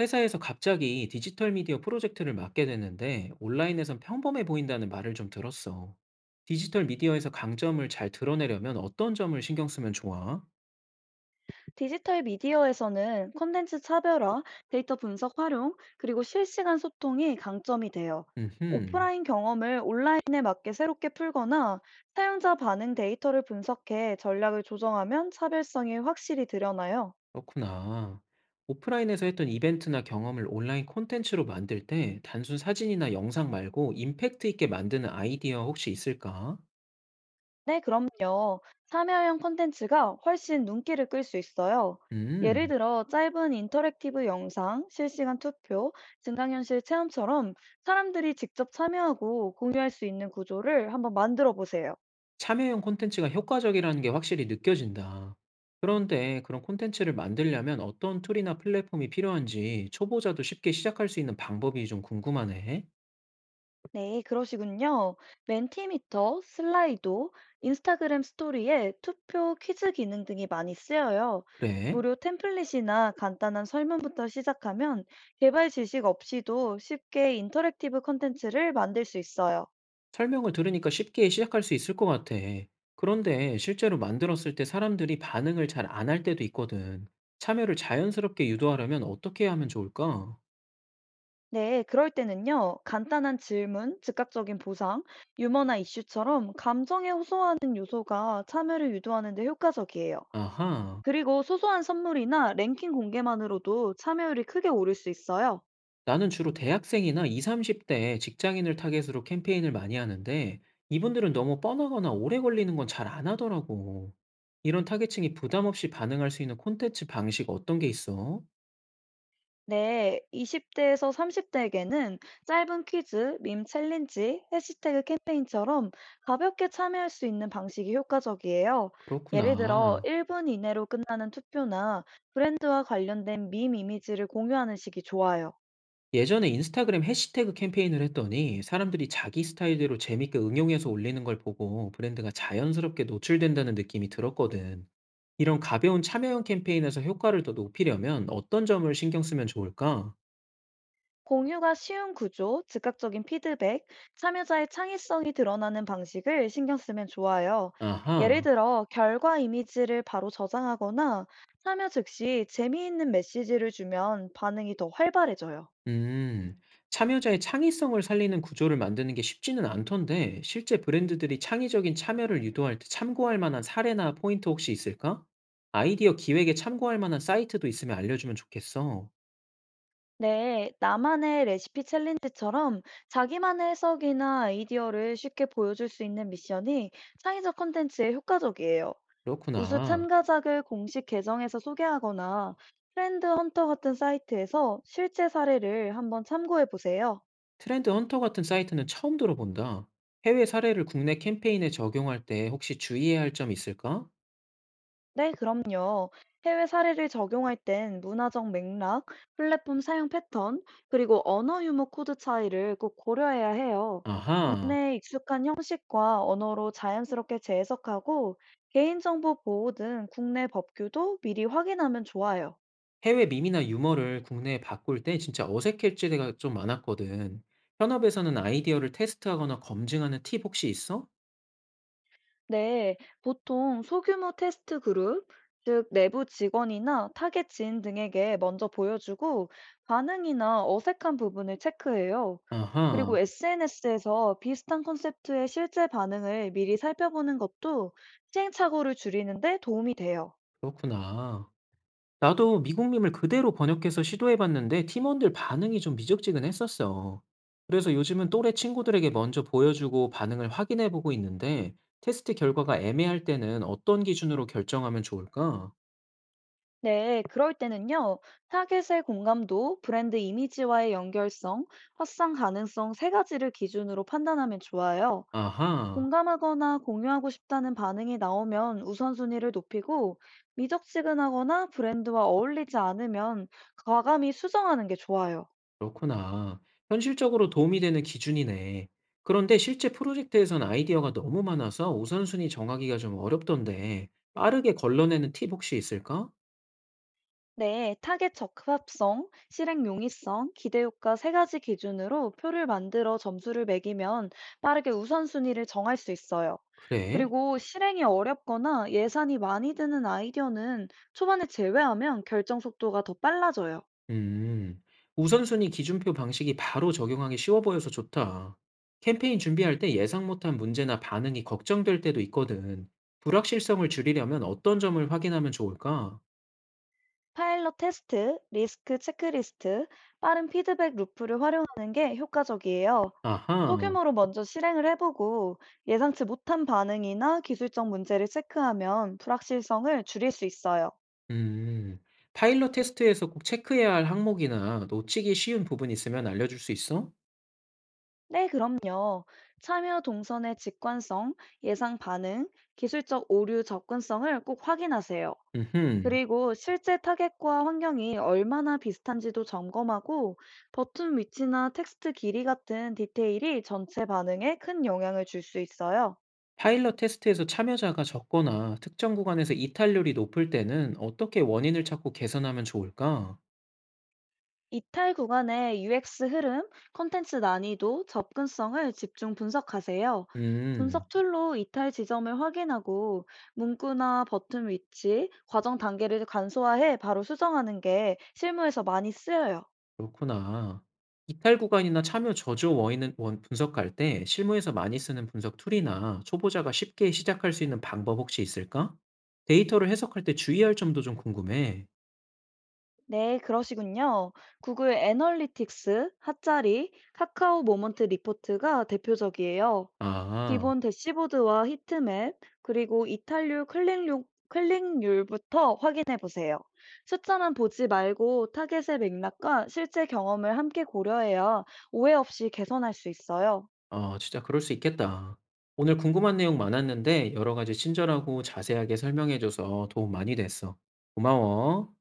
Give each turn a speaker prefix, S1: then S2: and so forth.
S1: 회사에서 갑자기 디지털 미디어 프로젝트를 맡게 됐는데 온라인에선 평범해 보인다는 말을 좀 들었어. 디지털 미디어에서 강점을 잘 드러내려면 어떤 점을 신경 쓰면 좋아?
S2: 디지털 미디어에서는 콘텐츠 차별화, 데이터 분석 활용, 그리고 실시간 소통이 강점이 돼요.
S1: 음흠,
S2: 오프라인 경험을 온라인에 맞게 새롭게 풀거나 사용자 반응 데이터를 분석해 전략을 조정하면 차별성이 확실히 드러나요.
S1: 그렇구나. 오프라인에서 했던 이벤트나 경험을 온라인 콘텐츠로 만들 때 단순 사진이나 영상 말고 임팩트 있게 만드는 아이디어 혹시 있을까?
S2: 네, 그럼요. 참여형 콘텐츠가 훨씬 눈길을 끌 수 있어요. 예를
S1: 음.
S2: 들어, 짧은 인터랙티브 영상, 실시간 투표, 증강현실 체험처럼 사람들이 직접 참여하고 공유할 수 있는 구조를 한번 만들어 보세요.
S1: 참여형 콘텐츠가 효과적이라는 게 확실히 느껴진다. 그런데 그런 콘텐츠를 만들려면 어떤 툴이나 플랫폼이 필요한지 초보자도 쉽게 시작할 수 있는 방법이 좀 궁금하네.
S2: 네, 그러시군요. 멘티미터, 슬라이도, 인스타그램 스토리에 투표 퀴즈 기능 등이 많이 쓰여요.
S1: 그래?
S2: 무료 템플릿이나 간단한 설문부터 시작하면 개발 지식 없이도 쉽게 인터랙티브 콘텐츠를 만들 수 있어요.
S1: 설명을 들으니까 쉽게 시작할 수 있을 것 같아. 그런데 실제로 만들었을 때 사람들이 반응을 잘 안 할 때도 있거든. 참여를 자연스럽게 유도하려면 어떻게 하면 좋을까?
S2: 네, 그럴 때는요, 간단한 질문, 즉각적인 보상, 유머나 이슈처럼 감정에 호소하는 요소가 참여를 유도하는 데 효과적이에요.
S1: 아하.
S2: 그리고 소소한 선물이나 랭킹 공개만으로도 참여율이 크게 오를 수 있어요.
S1: 나는 주로 대학생이나 20, 30대 직장인을 타겟으로 캠페인을 많이 하는데 이분들은 너무 뻔하거나 오래 걸리는 건 잘 안 하더라고. 이런 타겟층이 부담 없이 반응할 수 있는 콘텐츠 방식 어떤 게 있어?
S2: 네, 20대에서 30대에게는 짧은 퀴즈, 밈 챌린지, 해시태그 캠페인처럼 가볍게 참여할 수 있는 방식이 효과적이에요. 예를 들어,
S1: 그렇구나.
S2: 1분 이내로 끝나는 투표나 브랜드와 관련된 밈 이미지를 공유하는 식이 좋아요.
S1: 예전에 인스타그램 해시태그 캠페인을 했더니 사람들이 자기 스타일대로 재밌게 응용해서 올리는 걸 보고 브랜드가 자연스럽게 노출된다는 느낌이 들었거든. 이런 가벼운 참여형 캠페인에서 효과를 더 높이려면 어떤 점을 신경 쓰면 좋을까?
S2: 공유가 쉬운 구조, 즉각적인 피드백, 참여자의 창의성이 드러나는 방식을 신경 쓰면 좋아요. 예를
S1: 아하.
S2: 들어, 결과 이미지를 바로 저장하거나 참여 즉시 재미있는 메시지를 주면 반응이 더 활발해져요.
S1: 음, 참여자의 창의성을 살리는 구조를 만드는 게 쉽지는 않던데, 실제 브랜드들이 창의적인 참여를 유도할 때 참고할 만한 사례나 포인트 혹시 있을까? 아이디어 기획에 참고할 만한 사이트도 있으면 알려주면 좋겠어.
S2: 네, 나만의 레시피 챌린지처럼 자기만의 해석이나 아이디어를 쉽게 보여줄 수 있는 미션이 창의적 콘텐츠에 효과적이에요. 우수
S1: 그렇구나.
S2: 참가작을 공식 계정에서 소개하거나 트렌드 헌터 같은 사이트에서 실제 사례를 한번 참고해 보세요.
S1: 트렌드 헌터 같은 사이트는 처음 들어본다. 해외 사례를 국내 캠페인에 적용할 때 혹시 주의해야 할 점 있을까?
S2: 네, 그럼요. 해외 사례를 적용할 땐 문화적 맥락, 플랫폼 사용 패턴, 그리고 언어 유무 코드 차이를 꼭 고려해야 해요.
S1: 아하.
S2: 국내에 익숙한 형식과 언어로 자연스럽게 재해석하고 개인정보 보호 등 국내 법규도 미리 확인하면 좋아요.
S1: 해외 밈이나 유머를 국내에 바꿀 때 진짜 어색해질 때가 좀 많았거든. 현업에서는 아이디어를 테스트하거나 검증하는 팁 혹시 있어?
S2: 네, 보통 소규모 테스트 그룹, 즉 내부 직원이나 타겟 지인 등에게 먼저 보여주고 반응이나 어색한 부분을 체크해요.
S1: 아하,
S2: 그리고 SNS에서 비슷한 컨셉트의 실제 반응을 미리 살펴보는 것도 시행착오를 줄이는데 도움이 돼요.
S1: 그렇구나. 나도 미국 밈을 그대로 번역해서 시도해봤는데 팀원들 반응이 좀 미적지근했었어. 그래서 요즘은 또래 친구들에게 먼저 보여주고 반응을 확인해보고 있는데 테스트 결과가 애매할 때는 어떤 기준으로 결정하면 좋을까?
S2: 네, 그럴 때는요, 타겟의 공감도, 브랜드 이미지와의 연결성, 확산 가능성 세 가지를 기준으로 판단하면 좋아요.
S1: 아하.
S2: 공감하거나 공유하고 싶다는 반응이 나오면 우선순위를 높이고 미적지근하거나 브랜드와 어울리지 않으면 과감히 수정하는 게 좋아요.
S1: 그렇구나. 현실적으로 도움이 되는 기준이네. 그런데 실제 프로젝트에선 아이디어가 너무 많아서 우선순위 정하기가 좀 어렵던데, 빠르게 걸러내는 팁 혹시 있을까?
S2: 네, 타겟 적합성, 실행 용이성, 기대 효과 세 가지 기준으로 표를 만들어 점수를 매기면 빠르게 우선순위를 정할 수 있어요.
S1: 그래?
S2: 그리고 실행이 어렵거나 예산이 많이 드는 아이디어는 초반에 제외하면 결정 속도가 더 빨라져요.
S1: 음, 우선순위 기준표 방식이 바로 적용하기 쉬워 보여서 좋다. 캠페인 준비할 때 예상 못한 문제나 반응이 걱정될 때도 있거든. 불확실성을 줄이려면 어떤 점을 확인하면 좋을까?
S2: 파일럿 테스트, 리스크 체크리스트, 빠른 피드백 루프를 활용하는 게 효과적이에요.
S1: 아하.
S2: 소규모로 먼저 실행을 해보고 예상치 못한 반응이나 기술적 문제를 체크하면 불확실성을 줄일 수 있어요.
S1: 음. 파일럿 테스트에서 꼭 체크해야 할 항목이나 놓치기 쉬운 부분이 있으면 알려줄 수 있어?
S2: 네, 그럼요. 참여 동선의 직관성, 예상 반응, 기술적 오류 접근성을 꼭 확인하세요.
S1: 음흠.
S2: 그리고 실제 타겟과 환경이 얼마나 비슷한지도 점검하고 버튼 위치나 텍스트 길이 같은 디테일이 전체 반응에 큰 영향을 줄 수 있어요.
S1: 파일럿 테스트에서 참여자가 적거나 특정 구간에서 이탈률이 높을 때는 어떻게 원인을 찾고 개선하면 좋을까?
S2: 이탈 구간의 UX 흐름, 콘텐츠 난이도, 접근성을 집중 분석하세요.
S1: 음,
S2: 분석 툴로 이탈 지점을 확인하고 문구나 버튼 위치, 과정 단계를 간소화해 바로 수정하는 게 실무에서 많이 쓰여요.
S1: 그렇구나. 이탈 구간이나 참여 저조 원인은 원 분석할 때 실무에서 많이 쓰는 분석 툴이나 초보자가 쉽게 시작할 수 있는 방법 혹시 있을까? 데이터를 해석할 때 주의할 점도 좀 궁금해.
S2: 네, 그러시군요. 구글 애널리틱스, 핫자리, 카카오 모먼트 리포트가 대표적이에요.
S1: 아.
S2: 기본 대시보드와 히트맵, 그리고 이탈률 클릭률, 클릭률부터 확인해 보세요. 숫자만 보지 말고 타겟의 맥락과 실제 경험을 함께 고려해야 오해 없이 개선할 수 있어요.
S1: 아 진짜 그럴 수 있겠다. 오늘 궁금한 내용 많았는데 여러 가지 친절하고 자세하게 설명해 줘서 도움 많이 됐어. 고마워.